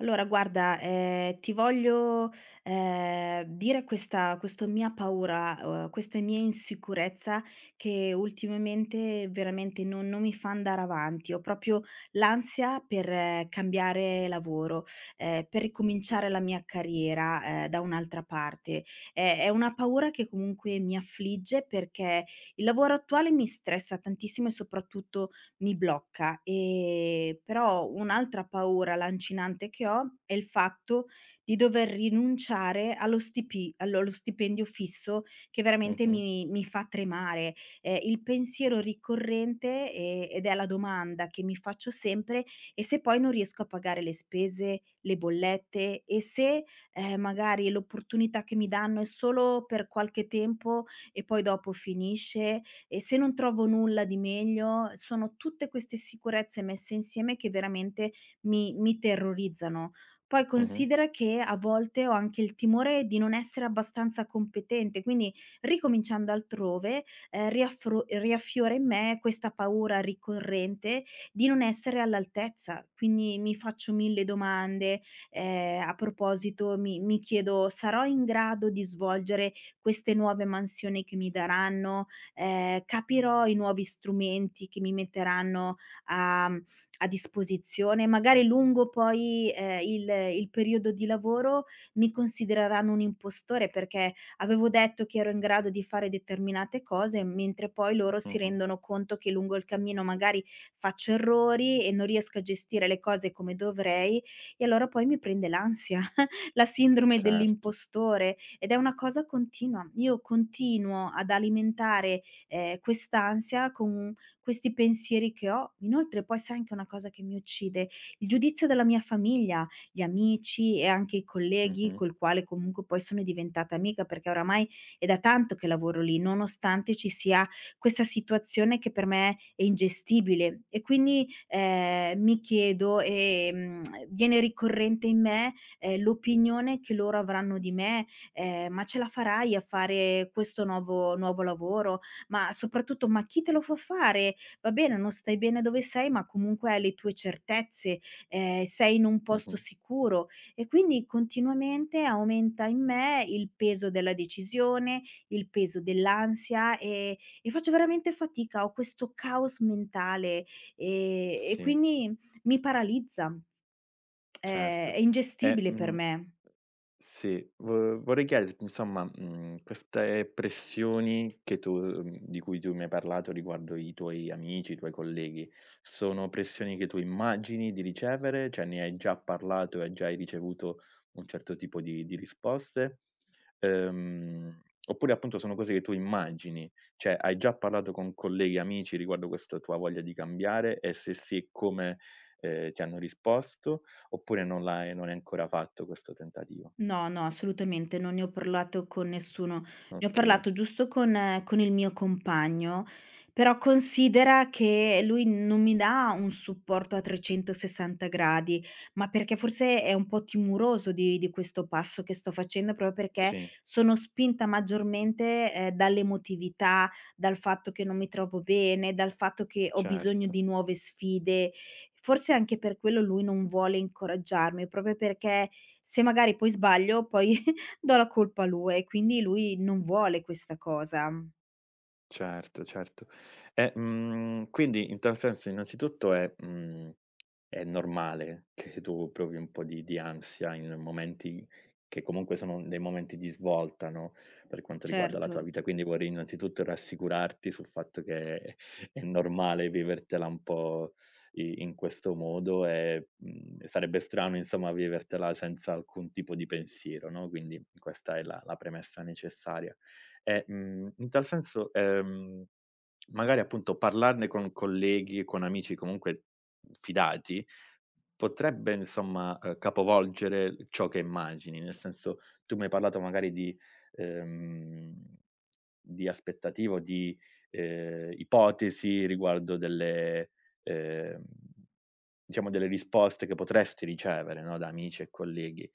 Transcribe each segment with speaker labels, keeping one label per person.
Speaker 1: Allora guarda, ti voglio, dire questa questo mia paura, questa mia insicurezza che ultimamente veramente non mi fa andare avanti. Ho proprio l'ansia per cambiare lavoro, per ricominciare la mia carriera, da un'altra parte. È una paura che comunque mi affligge perché il lavoro attuale mi stressa tantissimo e soprattutto mi blocca. Però un'altra paura lancinante che ho è il fatto di dover rinunciare allo stipi allo allo stipendio fisso che veramente
Speaker 2: Mh-mh,
Speaker 1: mi fa tremare. Il pensiero ricorrente, ed è la domanda che mi faccio sempre: "E se poi non riesco a pagare le spese, le bollette? E se, magari l'opportunità che mi danno è solo per qualche tempo e poi dopo finisce?" E se non trovo nulla di meglio, sono tutte queste sicurezze messe insieme che veramente mi terrorizzano. Poi
Speaker 2: mh-mh,
Speaker 1: considera che a volte ho anche il timore di non essere abbastanza competente, quindi ricominciando altrove, riaffro riaffiora in me questa paura ricorrente di non essere all'altezza. Quindi mi faccio mille domande, a proposito mi chiedo: "Sarò in grado di svolgere queste nuove mansioni che mi daranno? Capirò i nuovi strumenti che mi metteranno a mhmm, a disposizione, magari lungo poi, il periodo di lavoro mi considereranno un impostore, perché avevo detto che ero in grado di fare determinate cose, mentre poi loro si
Speaker 2: mh-mh,
Speaker 1: rendono conto che lungo il cammino magari faccio errori e non riesco a gestire le cose come dovrei, e allora poi mi prende l'ansia", la sindrome
Speaker 2: certo.
Speaker 1: dell'impostore ed è una cosa continua. Io continuo ad alimentare quest'ansia con questi pensieri che ho. Inoltre poi sai anche una cosa che mi uccide? Il giudizio della mia famiglia, gli amici e anche i colleghi
Speaker 2: Mh-mh,
Speaker 1: col quale comunque poi sono diventata amica, perché oramai è da tanto che lavoro lì, nonostante ci sia questa situazione che per me è ingestibile. E quindi, mi chiedo, viene ricorrente in me, l'opinione che loro avranno di me, "Ma ce la farai a fare questo nuovo lavoro? Ma soprattutto, ma chi te lo fa fare? Va bene, non stai bene dove sei, ma comunque hai le tue certezze, sei in un posto
Speaker 2: mh-mh,
Speaker 1: sicuro e quindi continuamente aumenta in me il peso della decisione, il peso dell'ansia e faccio veramente fatica, ho questo caos mentale, e
Speaker 2: sì,
Speaker 1: quindi mi paralizza, è
Speaker 2: certo.
Speaker 1: è
Speaker 2: E,
Speaker 1: ingestibile per
Speaker 2: mhmm
Speaker 1: me".
Speaker 2: sì, vo vorrei chiederti insomma, queste pressioni che tu di cui tu mi hai parlato riguardo i tuoi amici, i tuoi colleghi, sono pressioni che tu immagini di ricevere? Cioè ne hai già parlato e già hai ricevuto un certo tipo di risposte? Ehm, Oppure appunto sono cose che tu immagini? Cioè hai già parlato con colleghi e amici riguardo questa tua voglia di cambiare e se sì come, ti hanno risposto? Oppure non hai ancora fatto questo tentativo?
Speaker 1: No, no, assolutamente non ne ho parlato con nessuno. Ne ho
Speaker 2: Okay,
Speaker 1: parlato giusto con il mio compagno, però considera che lui non mi dà un supporto a 360 gradi, ma perché forse è un po' timoroso di questo passo che sto facendo, proprio perché
Speaker 2: sì,
Speaker 1: sono spinta maggiormente, dall'emotività, dal fatto che non mi trovo bene, dal fatto che ho bisogno
Speaker 2: certo.
Speaker 1: di nuove sfide. Forse anche per quello lui non vuole incoraggiarmi, proprio perché se magari poi sbaglio, poi do la colpa a lui e quindi lui non vuole questa cosa.
Speaker 2: Certo, certo. E, quindi in tal senso innanzitutto è normale che tu provi un po' di ansia in momenti che comunque sono dei momenti di svolta, no, per quanto riguarda la
Speaker 1: Certo,
Speaker 2: tua vita, quindi vorrei innanzitutto rassicurarti sul fatto che è normale vivertela un po' i in questo modo e, sarebbe strano insomma vivertela senza alcun tipo di pensiero, no, quindi questa è la premessa necessaria. E, in tal senso, magari appunto parlarne con colleghi e con amici comunque fidati. Potrebbe insomma, capovolgere l ciò che immagini, nel senso, tu mi hai parlato magari ehm, di aspettative o di ipotesi riguardo delle, ehm, diciamo, delle risposte che potresti ricevere, no, da amici e colleghi.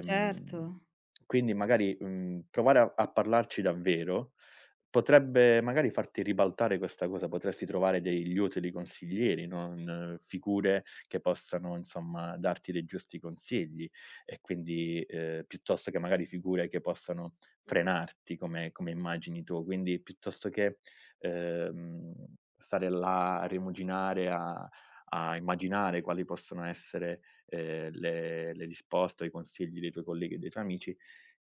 Speaker 1: certo.
Speaker 2: quindi magari, provare a parlarci davvero potrebbe magari farti ribaltare questa cosa, potresti trovare degli utili consiglieri, non figure che possano insomma darti dei giusti consigli e quindi, piuttosto che magari figure che possano frenarti come immagini tu. Quindi piuttosto che, ehm, stare là a rimuginare, a immaginare quali possono essere, le risposte o i consigli dei tuoi colleghi e dei tuoi amici,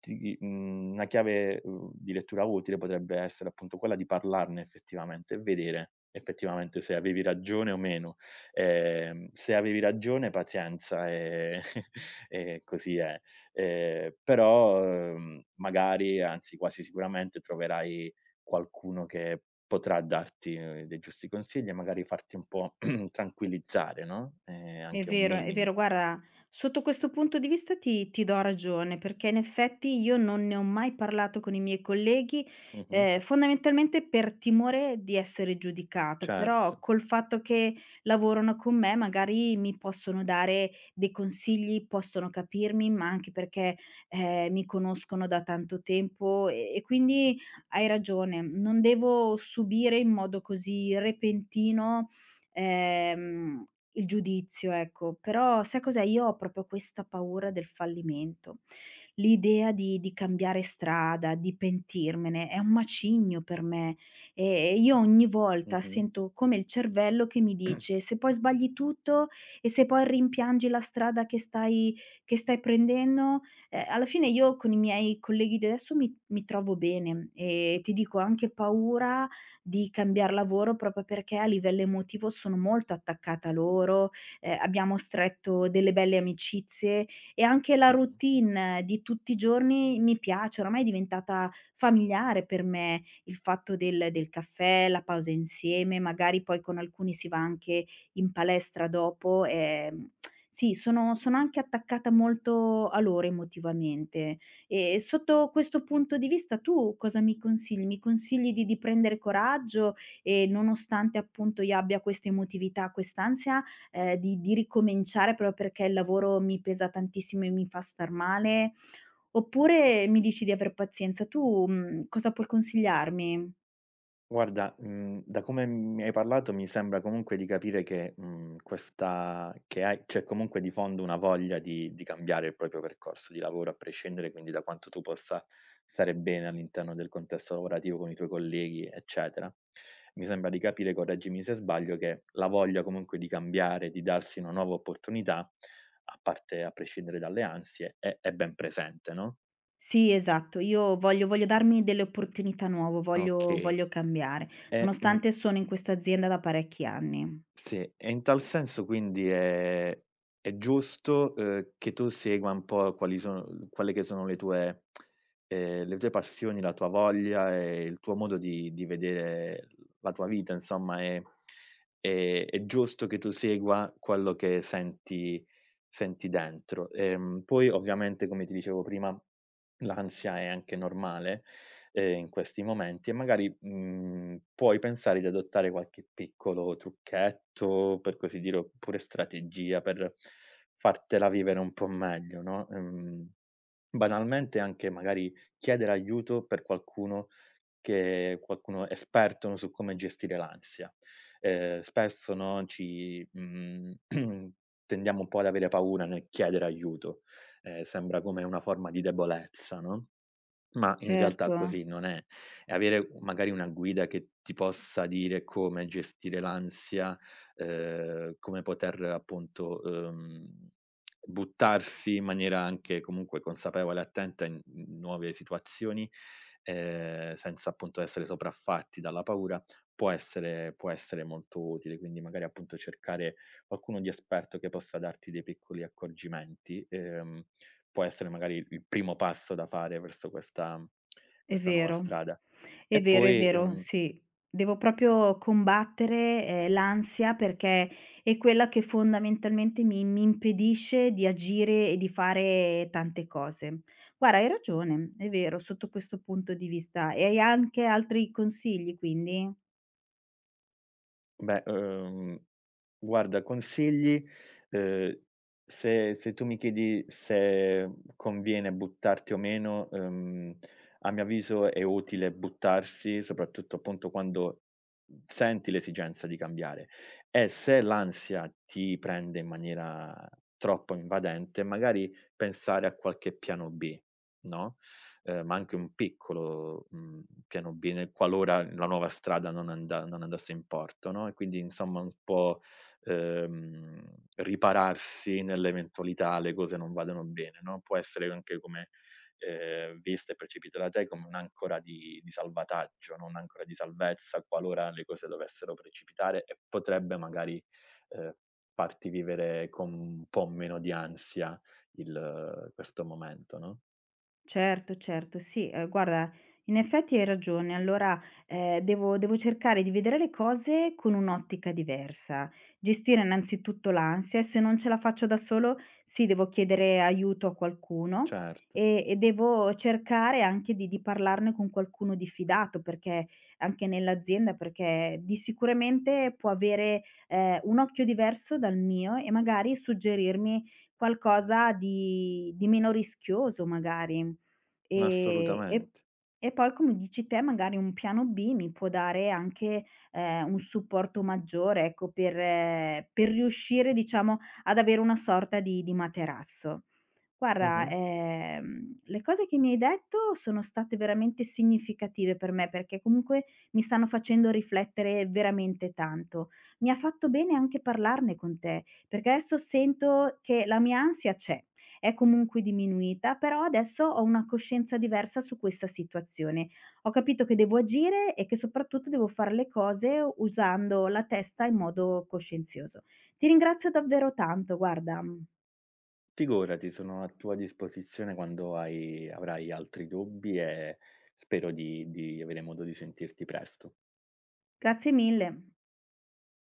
Speaker 2: una chiave, di lettura utile potrebbe essere appunto quella di parlarne effettivamente e vedere effettivamente se avevi ragione o meno. Se avevi ragione pazienza, e così è. Però, magari, anzi quasi sicuramente troverai qualcuno che potrà darti dei giusti consigli e magari farti un po' tranquillizzare, no,
Speaker 1: È
Speaker 2: anche un
Speaker 1: vero, è
Speaker 2: minimo.
Speaker 1: vero. Guarda, sotto questo punto di vista ti do ragione, perché in effetti io non ne ho mai parlato con i miei colleghi,
Speaker 2: Mh-mh.
Speaker 1: fondamentalmente per timore di essere giudicata,
Speaker 2: Certo.
Speaker 1: però col fatto che lavorano con me magari mi possono dare dei consigli, possono capirmi, ma anche perché, mi conoscono da tanto tempo e quindi hai ragione, non devo subire in modo così repentino, ehm il giudizio, ecco. Però sai cos'è? Io ho proprio questa paura del fallimento, l'idea di cambiare strada, di pentirmene, è un macigno per me. E io ogni volta
Speaker 2: Mh-mh.
Speaker 1: sento come il cervello che mi dice: "Se poi sbagli tutto e se poi rimpiangi la strada che stai prendendo". Alla fine io con i miei colleghi di adesso mi trovo bene e ti dico ho anche paura di cambiar lavoro proprio perché a livello emotivo sono molto attaccata a loro, abbiamo stretto delle belle amicizie e anche la
Speaker 2: Mh-mh.
Speaker 1: routine di tutti i giorni mi piace, oramai è diventata familiare per me, il fatto del caffè, la pausa insieme, magari poi con alcuni si va anche in palestra dopo, sì, sono anche attaccata molto a loro emotivamente. E sotto questo punto di vista tu cosa mi consigli? Mi consigli di prendere coraggio e nonostante appunto io abbia questa emotività, quest'ansia, di ricominciare proprio perché il lavoro mi pesa tantissimo e mi fa star male, oppure mi dici di aver pazienza. Tu, cosa puoi consigliarmi?
Speaker 2: Guarda, da come mi hai parlato mi sembra comunque di capire che, questa che hai, c'è comunque di fondo una voglia di cambiare il proprio percorso di lavoro a prescindere, quindi da quanto tu possa stare bene all'interno del contesto lavorativo con i tuoi colleghi, eccetera. Mi sembra di capire, correggimi se sbaglio, che la voglia comunque di cambiare, di darsi una nuova opportunità, a parte a prescindere dalle ansie, è ben presente, no,
Speaker 1: Sì, esatto. Io voglio darmi delle opportunità nuove, voglio
Speaker 2: okay.
Speaker 1: voglio cambiare,
Speaker 2: E, mhmm
Speaker 1: nonostante sono in questa azienda da parecchi anni.
Speaker 2: sì, e in tal senso quindi è giusto, che tu segua un po' quali sono quelle che sono le tue passioni, la tua voglia e il tuo modo di vedere la tua vita insomma, è giusto che tu segua quello che senti dentro. Poi ovviamente come ti dicevo prima, l'ansia è anche normale, in questi momenti e magari, puoi pensare di adottare qualche piccolo trucchetto, per così dire, oppure strategia per fartela vivere un po' meglio, no, banalmente anche magari chiedere aiuto per qualcuno esperto, no, su come gestire l'ansia. Spesso, no, tendiamo un po' ad avere paura nel chiedere aiuto, sembra come una forma di debolezza, no? Ma in realtà
Speaker 1: Certo.
Speaker 2: così non è. E avere magari una guida che ti possa dire come gestire l'ansia, come poter appunto, buttarsi in maniera anche comunque consapevole e attenta in n nuove situazioni, senza appunto essere sopraffatti dalla paura, può essere molto utile. Quindi magari appunto cercare qualcuno di esperto che possa darti dei piccoli accorgimenti. Può essere magari il primo passo da fare verso questa
Speaker 1: È
Speaker 2: questa nuova
Speaker 1: vero,
Speaker 2: strada.
Speaker 1: è
Speaker 2: E
Speaker 1: vero, è
Speaker 2: poi,
Speaker 1: vero, sì. Devo proprio combattere, l'ansia perché è quella che fondamentalmente mi impedisce di agire e di fare tante cose. Guarda, hai ragione, è vero, sotto questo punto di vista. E hai anche altri consigli quindi?
Speaker 2: beh, guarda consigli, uhm, se tu mi chiedi se conviene buttarti o meno, a mio avviso è utile buttarsi, soprattutto appunto quando senti l'esigenza di cambiare e se l'ansia ti prende in maniera troppo invadente, magari pensare a qualche piano B, no? Ma anche un piccolo, piano B nel qualora la nuova strada non andasse in porto, no, e quindi insomma un po', ripararsi nell'eventualità le cose non vadano bene, no, può essere anche come, vista e percepita da te come un'ancora di salvataggio, no, un'ancora di salvezza qualora le cose dovessero precipitare e potrebbe magari, ehm, farti vivere con un po' meno di ansia il questo momento, no?
Speaker 1: Certo, certo, sì, guarda, in effetti hai ragione. Allora, devo cercare di vedere le cose con un'ottica diversa. Gestire innanzitutto l'ansia e se non ce la faccio da solo, sì, devo chiedere aiuto a qualcuno
Speaker 2: Certo.
Speaker 1: e devo cercare anche di parlarne con qualcuno di fidato, perché anche nell'azienda, perché di sicuramente può avere, un occhio diverso dal mio e magari suggerirmi qualcosa di meno rischioso magari. Ehm, e
Speaker 2: Assolutamente.
Speaker 1: e poi come dici te magari un piano B mi può dare anche, un supporto maggiore, ecco, per riuscire diciamo ad avere una sorta di materasso.
Speaker 2: Mh-mh.
Speaker 1: Guarda, le cose che mi hai detto sono state veramente significative per me, perché comunque mi stanno facendo riflettere veramente tanto. Mi ha fatto bene anche parlarne con te, perché adesso sento che la mia ansia c'è. È comunque diminuita, però adesso ho una coscienza diversa su questa situazione. Ho capito che devo agire e che soprattutto devo fare le cose usando la testa in modo coscienzioso. Ti ringrazio davvero tanto, guarda.
Speaker 2: Figurati, sono a tua disposizione quando hai avrai altri dubbi e spero di avere modo di sentirti presto.
Speaker 1: Grazie mille.